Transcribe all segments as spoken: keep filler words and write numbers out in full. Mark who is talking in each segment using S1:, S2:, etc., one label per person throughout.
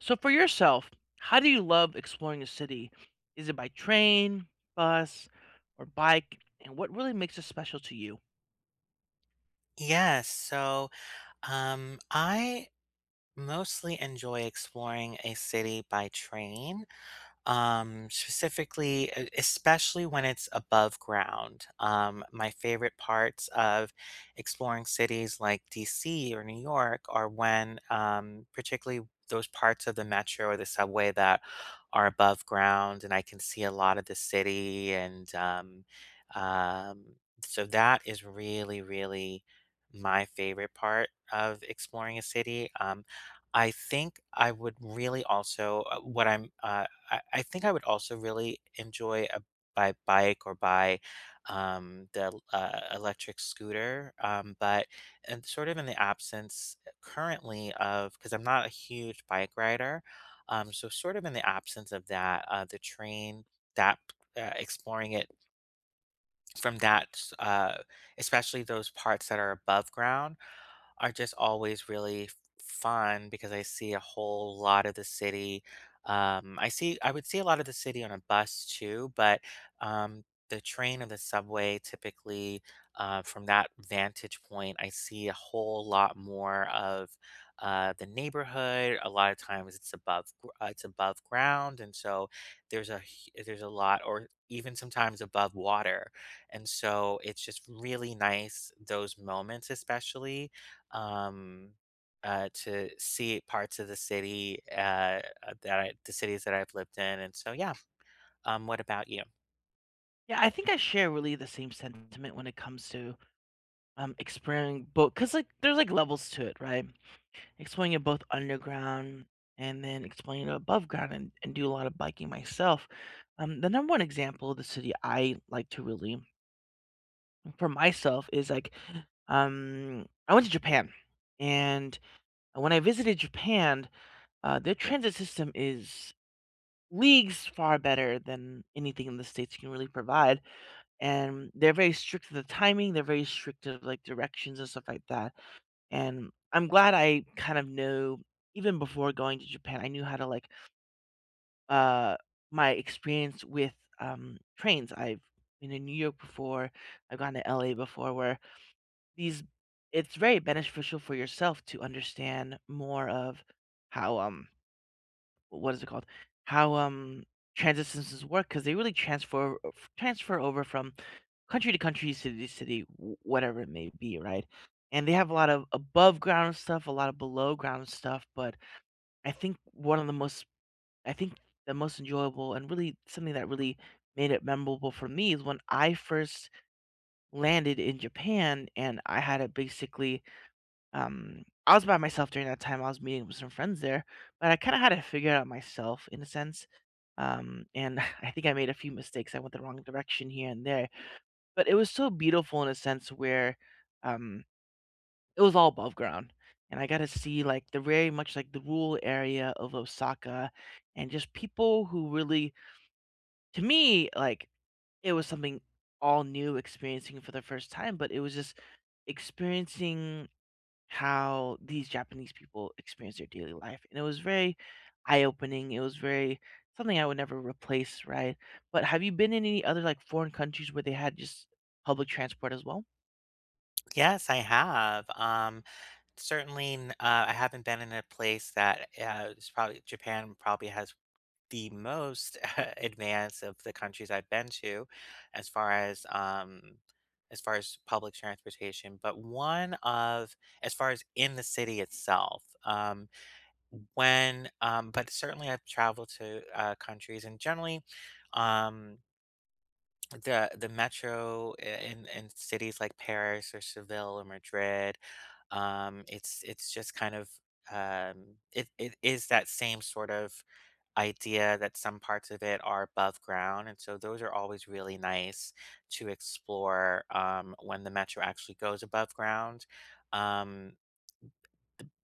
S1: So for yourself, how do you love exploring a city? Is it by train, bus, or bike? And what really makes it special to you?
S2: Yes, so um, I mostly enjoy exploring a city by train. Um, specifically, e especially when it's above ground. Um, my favorite parts of exploring cities like D C or New York are when, um, particularly those parts of the metro or the subway that are above ground, and I can see a lot of the city. And um, um, so that is really, really my favorite part of exploring a city. Um, I think I would really also uh, what I'm uh, I, I think I would also really enjoy a by bike or by um, the l- uh, electric scooter, um, but and sort of in the absence uh, currently of because I'm not a huge bike rider, um, so sort of in the absence of that, uh, the train that uh, exploring it from that, s- uh, especially those parts that are above ground are just always really f- fun because I see a whole lot of the city. Um, I see, I would see a lot of the city on a bus too, but um, the train or the subway typically, uh, from that vantage point, I see a whole lot more of uh, the neighborhood. A lot of times, it's above, gr- uh, it's above ground, and so there's a hu- there's a lot, or even sometimes above water, and so it's just really nice those moments, especially um, uh, to see parts of the city uh, that I, the cities that I've lived in. And so, yeah. Um, what about you?
S1: Yeah, I think I share really the same sentiment when it comes to um exploring both because like there's like levels to it, right? Exploring it both underground and then exploring it above ground and, and do a lot of biking myself. Um, the number one example of the city I like to really for myself is like um I went to Japan and And when I visited Japan, uh, their transit system is leagues far better than anything in the states can really provide. And they're very strict to the timing. They're very strict to like directions and stuff like that. And I'm glad I kind of know, even before going to Japan, I knew how to like uh, my experience with um, trains. I've been in New York before. I've gone to L A before, where these it's very beneficial for yourself to understand more of how um what is it called? How um transitions work because they really transfer transfer over from country to country, city to city, wh- whatever it may be, right? And they have a lot of above ground stuff, a lot of below ground stuff. But I think one of the most, I think the most enjoyable and really something that really made it memorable for me is when I first landed in Japan and I had to basically um, I was by myself during that time, I was meeting with some friends there, but I kinda had to figure it out myself in a sense, um, and I think I made a few mistakes, I went the wrong direction here and there, but it was so beautiful in a sense where, um, it was all above ground, and I got to see, like, the very much, like, the rural area of Osaka and just people who really to me, like, it was something all new experiencing for the first time, but it was just experiencing how these Japanese people experience their daily life. And it was very eye-opening. It was very something I would never replace, right? But have you been in any other like foreign countries where they had just public transport as well?
S2: Yes, I have. Um, certainly, n- uh, I haven't been in a place that uh, is probably Japan probably has the most advanced of the countries I've been to, as far as um, as far as public transportation. But one of As far as in the city itself. Um, When, um, but certainly I've traveled to uh, countries and generally, um, the the metro i- in in cities like Paris or Seville or Madrid, um, it's it's just kind of um, it it is that same sort of idea that some parts of it are above ground, and so those are always really nice to explore um, when the metro actually goes above ground. Um,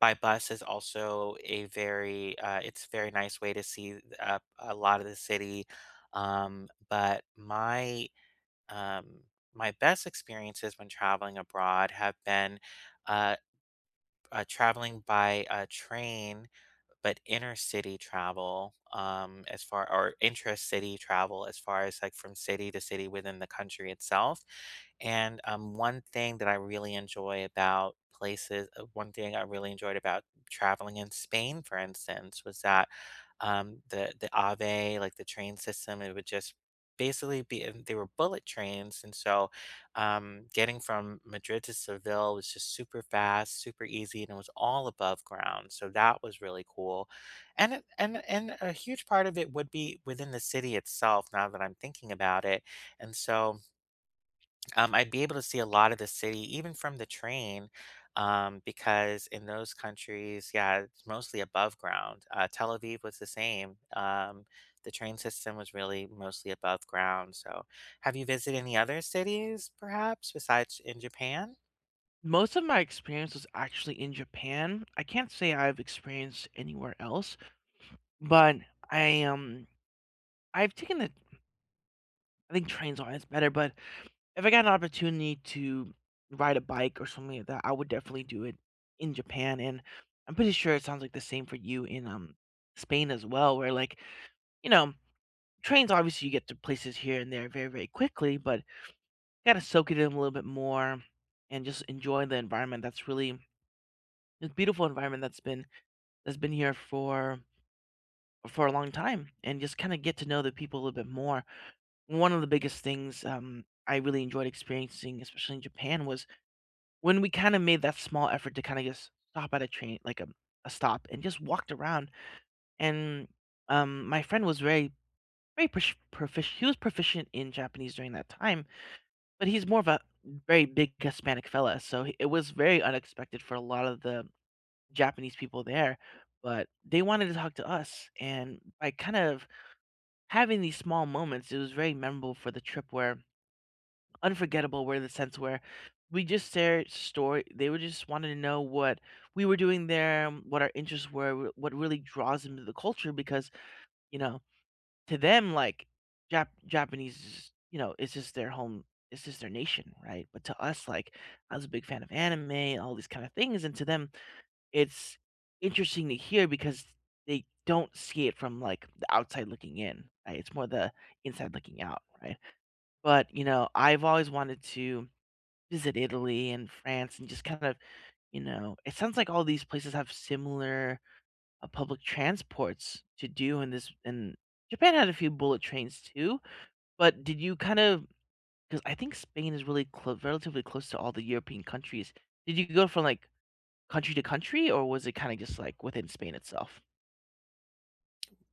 S2: by bus is also a very uh, it's a very nice way to see th- uh, a lot of the city. Um, but my um, my best experiences when traveling abroad have been uh, uh, traveling by a train but inner city travel, um, as far or intra-city travel as far as like from city to city within the country itself. And um, one thing that I really enjoy about places, uh, one thing I really enjoyed about traveling in Spain, for instance, was that um, the the Ave, like the train system, it would just basically be and they were bullet trains, and so um, getting from Madrid to Seville was just super fast, super easy, and it was all above ground. So that was really cool. And it- and and a huge part of it would be within the city itself now that I'm thinking about it. And so um, I'd be able to see a lot of the city, even from the train, um, because in those countries, yeah, it's mostly above ground. Uh, Tel Aviv was the same. Um, the train system was really mostly above ground. So, have you visited any other cities, perhaps, besides in Japan?
S1: Most of my experience was actually in Japan. I can't say I've experienced anywhere else, but I um I've taken the I think trains are always better, but if I got an opportunity to ride a bike or something like that, I would definitely do it in Japan, and I'm pretty sure it sounds like the same for you in, um, Spain as well, where, like, you know, trains, obviously, you get to places here and there very, very quickly, but gotta soak it in a little bit more and just enjoy the environment that's really this beautiful environment that's been that's been here for for a long time and just kinda get to know the people a little bit more. One of the biggest things, um, I really enjoyed experiencing, especially in Japan, was when we kinda made that small effort to kinda just stop at a train like, a a stop and just walked around, and, um, my friend was very, very proficient. He was proficient in Japanese during that time, but he's more of a very big Hispanic fella, so he- it was very unexpected for a lot of the Japanese people there, but they wanted to talk to us, and by kind of having these small moments, it was very memorable for the trip where unforgettable were in the sense where we just shared story they were just wanted to know what we were doing there, um, what our interests were wh- what really draws them to the culture because you know to them like Jap- japanese is, you know, it's just their home, it's just their nation, right? But to us, like, I was a big fan of anime and all these kind of things, and to them it's interesting to hear because they don't see it from like the outside looking in, right? It's more the inside looking out, right? But you know I've always wanted to visit Italy and France and just kind of, you know, it sounds like all these places have similar, uh, public transports to do in this, and Japan had a few bullet trains too, but did you kind of, because I think Spain is really clo relatively close to all the European countries. Did you go from, like, country to country, or was it kinda just, like, within Spain itself?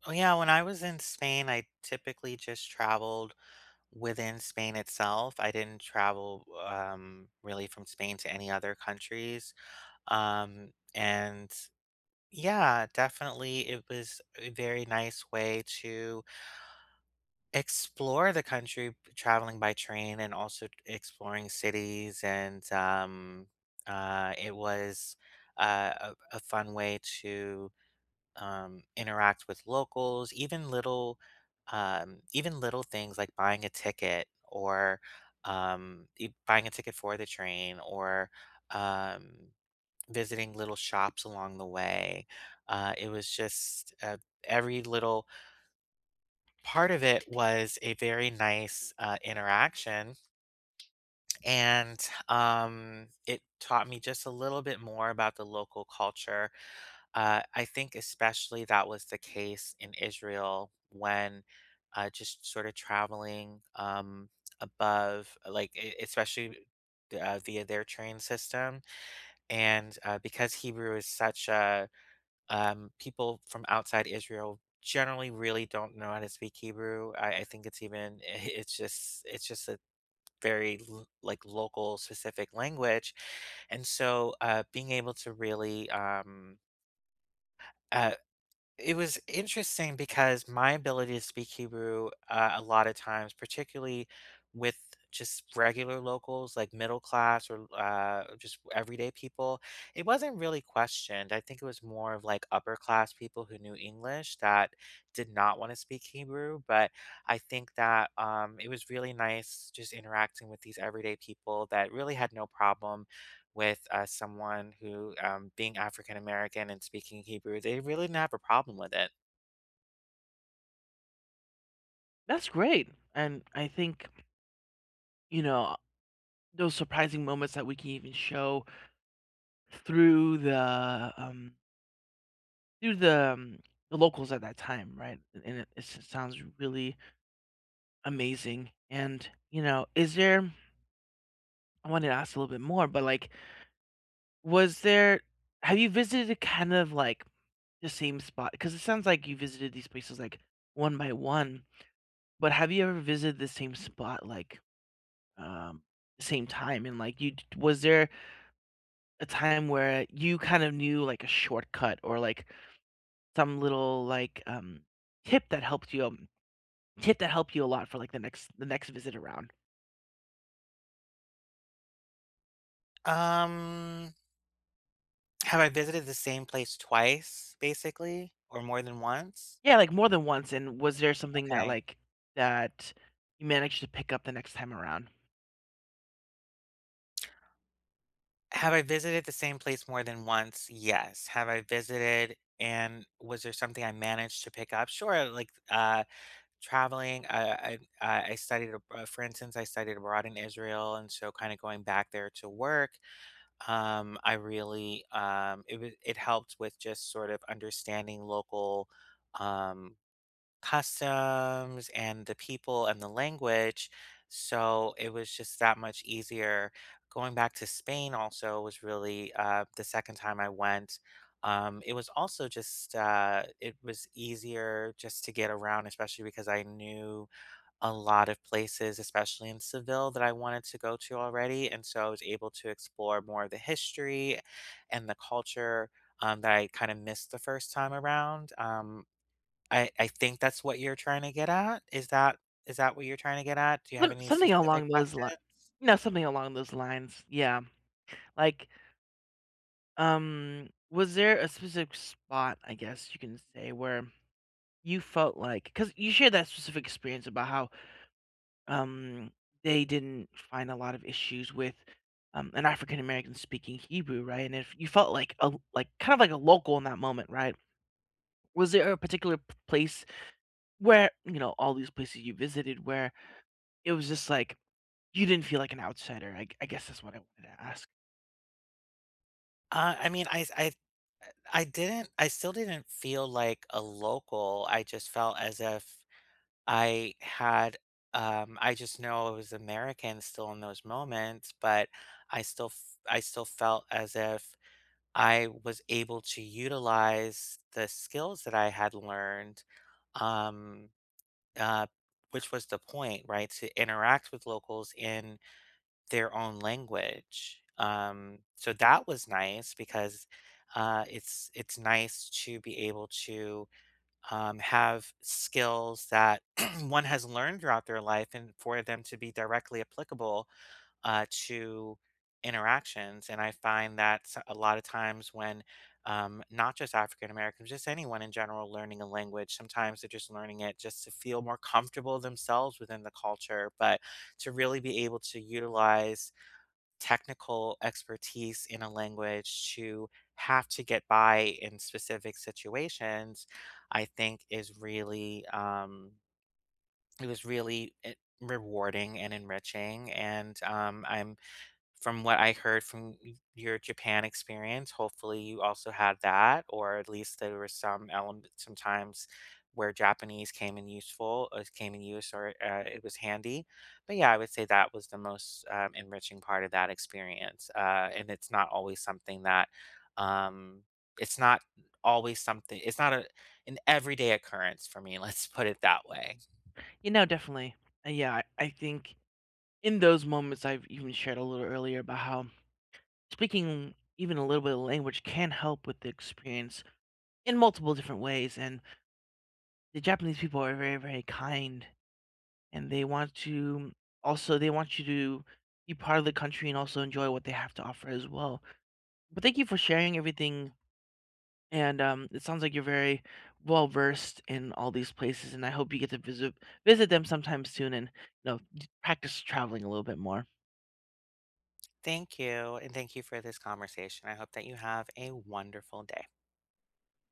S2: Oh, yeah, when I was in Spain, I typically just traveled within Spain itself. I didn't travel um, really from Spain to any other countries. Um, and Yeah, definitely. It was a very nice way to explore the country, b- traveling by train and also t- exploring cities. And um, uh, it was uh, a, a fun way to um, interact with locals, even little, um, even little things like buying a ticket or um, e- buying a ticket for the train or um, visiting little shops along the way. Uh, it was just uh, every little part of it was a very nice uh, interaction. And um, it taught me just a little bit more about the local culture. Uh, I think, especially, that was the case in Israel when uh, just sort of traveling um, above, like, e- especially. Uh, via their train system. And uh, because Hebrew is such a Um, people from outside Israel generally really don't know how to speak Hebrew. I, I think it's even it's just it's just a very l- like local specific language, and so uh, being able to really um, uh, it was interesting because my ability to speak Hebrew, uh, a lot of times, particularly with just regular locals, like middle class or uh, just everyday people, it wasn't really questioned. I think it was more of like upper class people who knew English that did not want to speak Hebrew. But I think that um, it was really nice just interacting with these everyday people that really had no problem with uh, someone who, um, being African American and speaking Hebrew, they really didn't have a problem with it.
S1: That's great, and I think, you know, those surprising moments that we can even show through the, um through the, um, the locals at that time, right? And it it sounds really amazing, and, you know, is there I wanted to ask a little bit more, but, like, was there have you visited kind of, like, the same spot? Because it sounds like you visited these places, like, one by one, but have you ever visited the same spot, like, um, the same time? And, like, you d was there a time where you kind of knew, like, a shortcut or, like, some little, like, um, tip that helped you out. Tip that helped you a lot for, like, the next the next visit around?
S2: Um, have I visited the same place twice, basically, or more than once?
S1: Yeah, like, more than once, and was there something that,
S2: Okay.
S1: like, that you managed to pick up the next time around?
S2: Have I visited the same place more than once? Yes. Have I visited and was there something I managed to pick up? Sure. Like uh, traveling, uh, I, I I studied, ab- uh, for instance, I studied abroad in Israel. And so kind of going back there to work Um, I really, um, it wa it helped with just sort of understanding local, um, customs and the people and the language. So it was just that much easier. Going back to Spain also was really, uh, the second time I went. Um, it was also just, uh, it was easier just to get around, especially because I knew a lot of places, especially in Seville, that I wanted to go to already, and so I was able to explore more of the history and the culture, um, that I kinda missed the first time around, um, I I think that's what you're trying to get at? Is that is that what you're trying to get at? Do you have
S1: Some
S2: any
S1: something along
S2: specific
S1: those li
S2: questions?
S1: no, something along those lines, yeah. Like, um, was there a specific spot, I guess you can say, where you felt like, cause you shared that specific experience about how, um, they didn't find a lot of issues with, um, an African American speaking Hebrew, right? And if you felt like a like, kind of like a local in that moment, right? Was there a particular p- place where, you know, all these places you visited where it was just like you didn't feel like an outsider? I, I guess that's what I wanted to ask.
S2: Uh, I mean, I I s I I didn't I still didn't feel like a local, I just felt as if I had um, I just know I was American still in those moments, but I still f- I still felt as if I was able to utilize the skills that I had learned, um, uh, which was the point, right? To interact with locals in their own language. Um, so that was nice because uh, it's it's nice to be able to um, have skills that one has learned throughout their life and for them to be directly applicable uh, to interactions. And I find that s- a lot of times when um, not just African Americans, just anyone in general learning a language, sometimes they're just learning it just to feel more comfortable themselves within the culture, but to really be able to utilize technical expertise in a language to have to get by in specific situations, I think is really, um, it was really e- rewarding and enriching. And um, I'm from what I heard from y your Japan experience, hopefully you also had that, or at least there were some element sometimes where Japanese came in useful uh, came in use or, uh, it was handy. But, yeah, I would say that was the most, um, enriching part of that experience, uh, and it's not always something that, um it's not always something it's not a an everyday occurrence for me, let's put it that way.
S1: You know, definitely. Uh, yeah, I, I think in those moments, I've even shared a little earlier about how speaking even a little bit of language can help with the experience in multiple different ways. And the Japanese people are very, very kind and they want to also, they want you to be part of the country and also enjoy what they have to offer as well. But thank you for sharing everything. And um, it sounds like you're very well versed in all these places, and I hope you get to visit visit them sometime soon, and you know, practice traveling a little bit more.
S2: Thank you, and thank you for this conversation. I hope that you have a wonderful day.